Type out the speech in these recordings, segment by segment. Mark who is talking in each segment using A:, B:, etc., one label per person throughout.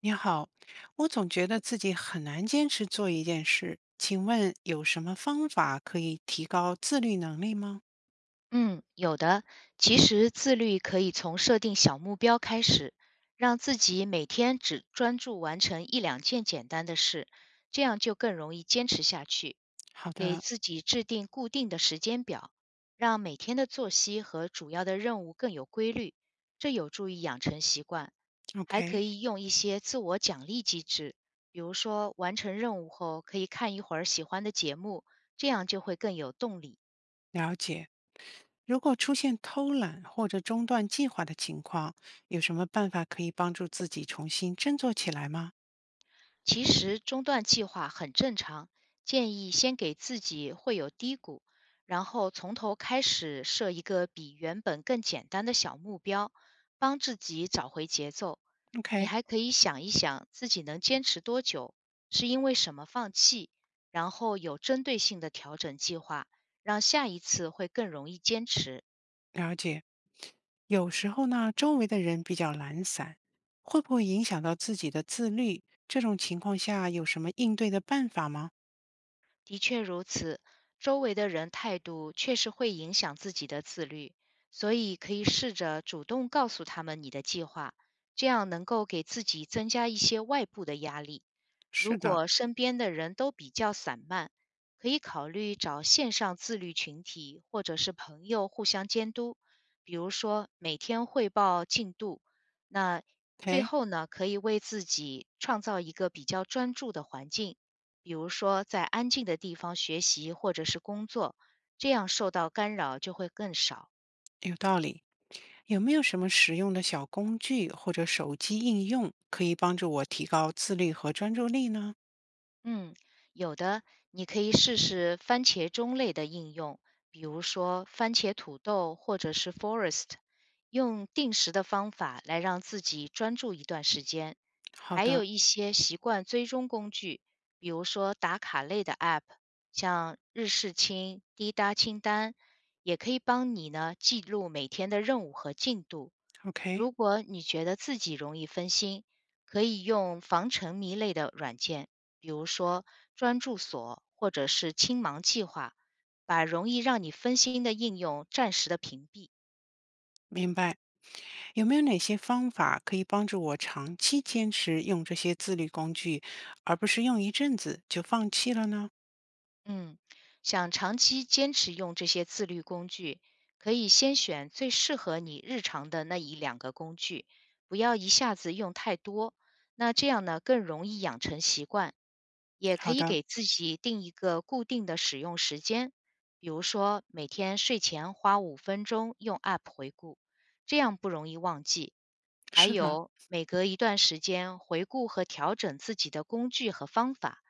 A: 你好，我总觉得自己很难坚持做一件事，请问有什么方法可以提高自律能力吗？
B: 嗯，有的。其实自律可以从设定小目标开始，让自己每天只专注完成一两件简单的事，这样就更容易坚持下去。
A: 好
B: 给
A: 的
B: 自己制定固定的时间表，让每天的作息和主要的任务更有规律，这有助于养成习惯。还可
A: ，OK，
B: 以用一些自我奖励机制，比如说完成任务后可以看一会儿喜欢的节目，这样就会更有动力。
A: 了解。如果出现偷懒或者中断计划的情况，有什么办法可以帮助自己重新振作起来吗
B: 其实中断计划很正常，建议先给自己会有低谷，然后从头开始设一个比原本更简单的小目标，帮自己找回节奏。你
A: ？OK，
B: 还可以想一想自己能坚持多久，是因为什么放弃，然后有针对性的调整计划，让下一次会更容易坚持。
A: 了解。有时候呢，周围的人比较懒散，会不会影响到自己的自律？这种情况下有什么应对的办法吗？
B: 的确如此，周围的人态度确实会影响自己的自律，所以可以试着主动告诉他们你的计划，这样能够给自己增加一些外部的压力。如
A: 是的
B: 果身边的人都比较散漫，可以考虑找线上自律群体或者是朋友互相监督，比如说每天汇报进度。那最
A: ，OK，
B: 后呢，可以为自己创造一个比较专注的环境。比如说在安静的地方学习或者是工作，这样受到干扰就会更少。
A: 有道理。有没有什么实用的小工具或者手机应用可以帮助我提高自律和专注力呢？
B: 嗯，有的。你可以试试番茄钟类的应用，比如说番茄土豆或者是 Forest，用定时的方法来让自己专注一段时间。
A: 好
B: 还
A: 的
B: 有一些习惯追踪工具，比如说打卡类的 App，像日事清、滴答清单，也可以帮你呢记录每天的任务和进度。
A: ，OK，
B: 如果你觉得自己容易分心，可以用防沉迷类的软件，比如说专注锁或者是青盲计划，把容易让你分心的应用暂时的屏蔽。
A: 明白。有没有哪些方法可以帮助我长期坚持用这些自律工具，而不是用一阵子就放弃了呢？
B: 嗯，想长期坚持用这些自律工具，可以先选最适合你日常的那一两个工具，不要一下子用太多。那这样呢，更容易养成习惯。也可
A: 好
B: 以
A: 的，
B: 给自己定一个固定的使用时间，比如说每天睡前花五分钟用 App 回顾，这样不容易忘记。还
A: 是的，
B: 有每隔一段时间回顾和调整自己的工具和方法，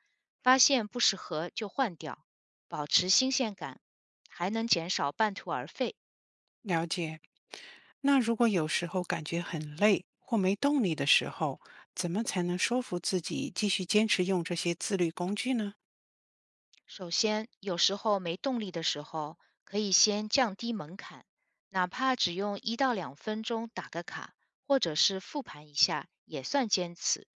B: 发现不适合就换掉，保持新鲜感，还能减少半途而废。
A: 了解。那如果有时候感觉很累或没动力的时候，怎么才能说服自己继续坚持用这些自律工具呢？
B: 首先，有时候没动力的时候，可以先降低门槛，哪怕只用一到两分钟打个卡，或者是复盘一下，也算坚持。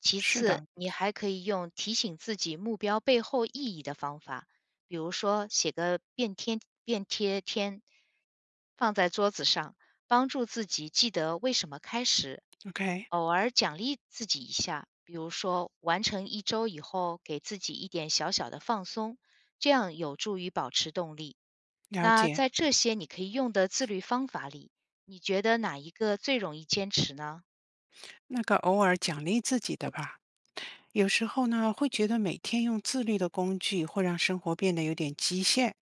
B: 其
A: 是
B: 次，
A: 的
B: 你还可以用提醒自己目标背后意义的方法，比如说写个便贴，放在桌子上，帮助自己记得为什么开始，
A: ，OK，
B: 偶尔奖励自己一下，比如说完成一周以后，给自己一点小小的放松，这样有助于保持动力。
A: 了
B: 那
A: 解。
B: 在这些你可以用的自律方法里，你觉得哪一个最容易坚持呢？
A: 那个偶尔奖励自己的吧。有时候呢，会觉得每天用自律的工具会让生活变得有点极限。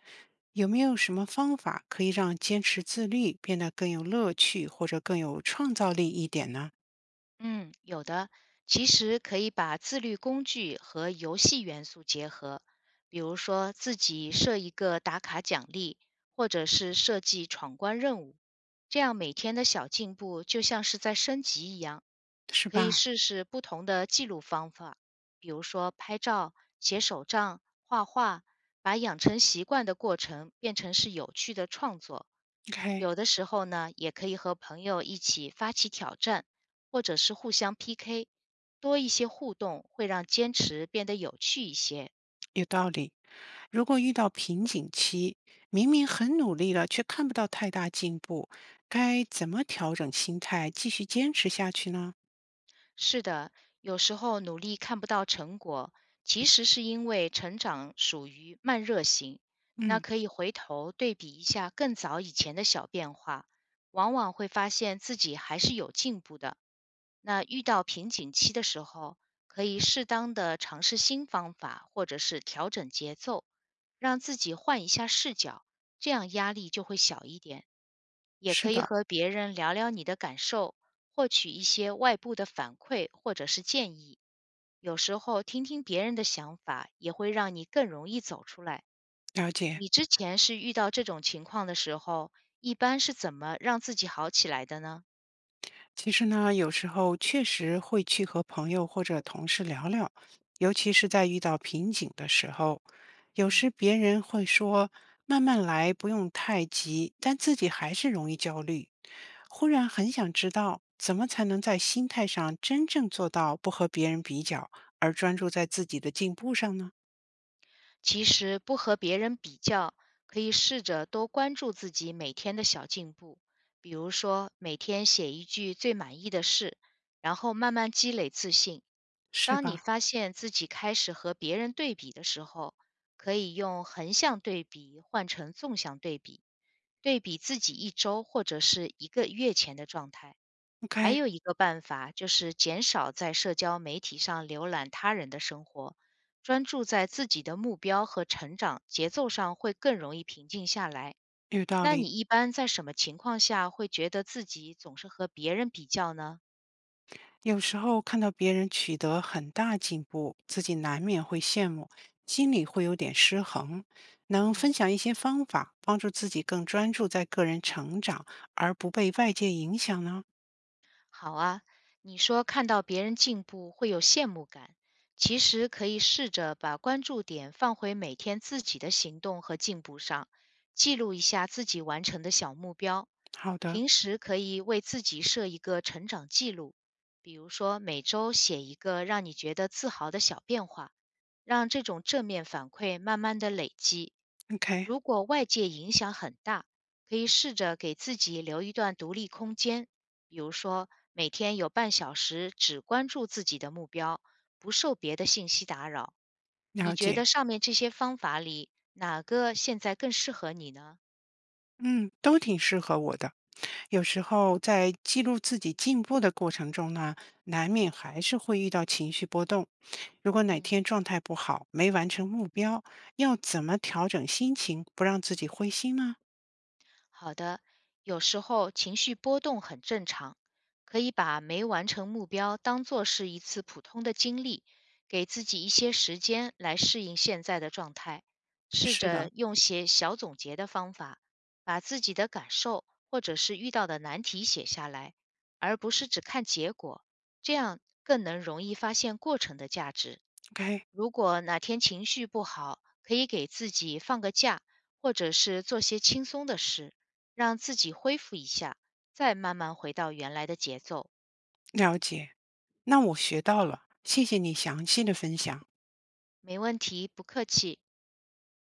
A: 有没有什么方法可以让坚持自律变得更有乐趣，或者更有创造力一点呢？
B: 嗯，有的。其实可以把自律工具和游戏元素结合，比如说自己设一个打卡奖励，或者是设计闯关任务，这样每天的小进步就像是在升级一样。
A: 是
B: 可以
A: 吧
B: 试试不同的记录方法，比如说拍照、写手账、画画，把养成习惯的过程变成是有趣的创作。
A: ？OK，
B: 有的时候呢，也可以和朋友一起发起挑战。或者是互相 PK，多一些互动会让坚持变得有趣一些。
A: 有道理。如果遇到瓶颈期，明明很努力了，却看不到太大进步，该怎么调整心态，继续坚持下去呢？
B: 是的，有时候努力看不到成果，其实是因为成长属于慢热型。那
A: 嗯，
B: 可以回头对比一下更早以前的小变化，往往会发现自己还是有进步的。那遇到瓶颈期的时候，可以适当的尝试新方法，或者是调整节奏，让自己换一下视角，这样压力就会小一点。也
A: 是
B: 可以
A: 的，
B: 和别人聊聊你的感受，获取一些外部的反馈或者是建议。有时候听听别人的想法，也会让你更容易走出来。
A: 了解。
B: 你之前是遇到这种情况的时候，一般是怎么让自己好起来的呢？
A: 其实呢，有时候确实会去和朋友或者同事聊聊，尤其是在遇到瓶颈的时候，有时
B: 嗯。
A: 别人会说“慢慢来，不用太急”，但自己还是容易焦虑。忽然很想知道，怎么才能在心态上真正做到不和别人比较，而专注在自己的进步上呢？
B: 其实不和别人比较，可以试着多关注自己每天的小进步，比如说每天写一句最满意的事，然后慢慢积累自信。
A: 是
B: 当你
A: 吧
B: 发现自己开始和别人对比的时候，可以用横向对比换成纵向对比，对比自己一周或者是一个月前的状态，还
A: ？OK，
B: 有一个办法就是减少在社交媒体上浏览他人的生活，专注在自己的目标和成长节奏上，会更容易平静下来。
A: 有道
B: 那你
A: 理。
B: 一般在什么情况下会觉得自己总是和别人比较呢？
A: 有时候看到别人取得很大进步，自己难免会羡慕，心里会有点失衡。能分
B: 嗯。
A: 享一些方法，帮助自己更专注在个人成长，而不被外界影响呢？
B: 好啊，你说看到别人进步会有羡慕感，其实可以试着把关注点放回每天自己的行动和进步上，记录一下自己完成的小目标。
A: 好的
B: 平时可以为自己设一个成长记录，比如说每周写一个让你觉得自豪的小变化，让这种正面反馈慢慢的累积。
A: ，OK，
B: 如果外界影响很大，可以试着给自己留一段独立空间，比如说，每天有半小时只关注自己的目标，不受别的信息打扰。
A: 了
B: 你觉
A: 解。
B: 得上面这些方法里，哪个现在更适合你呢？
A: 嗯，都挺适合我的。有时候在记录自己进步的过程中呢，难免还是会遇到情绪波动。如果哪
B: 嗯。
A: 天状态不好，没完成目标，要怎么调整心情，不让自己灰心呢？
B: 好的，有时候情绪波动很正常，可以把没完成目标当做是一次普通的经历，给自己一些时间来适应现在的状态。试
A: 是
B: 着
A: 的
B: 用些小总结的方法，把自己的感受或者是遇到的难题写下来，而不是只看结果，这样更能容易发现过程的价值。
A: ，OK，
B: 如果哪天情绪不好，可以给自己放个假，或者是做些轻松的事。让自己恢复一下，再慢慢回到原来的节奏。
A: 了解。那我学到了，谢谢你详细的分享。
B: 没问题，不客气。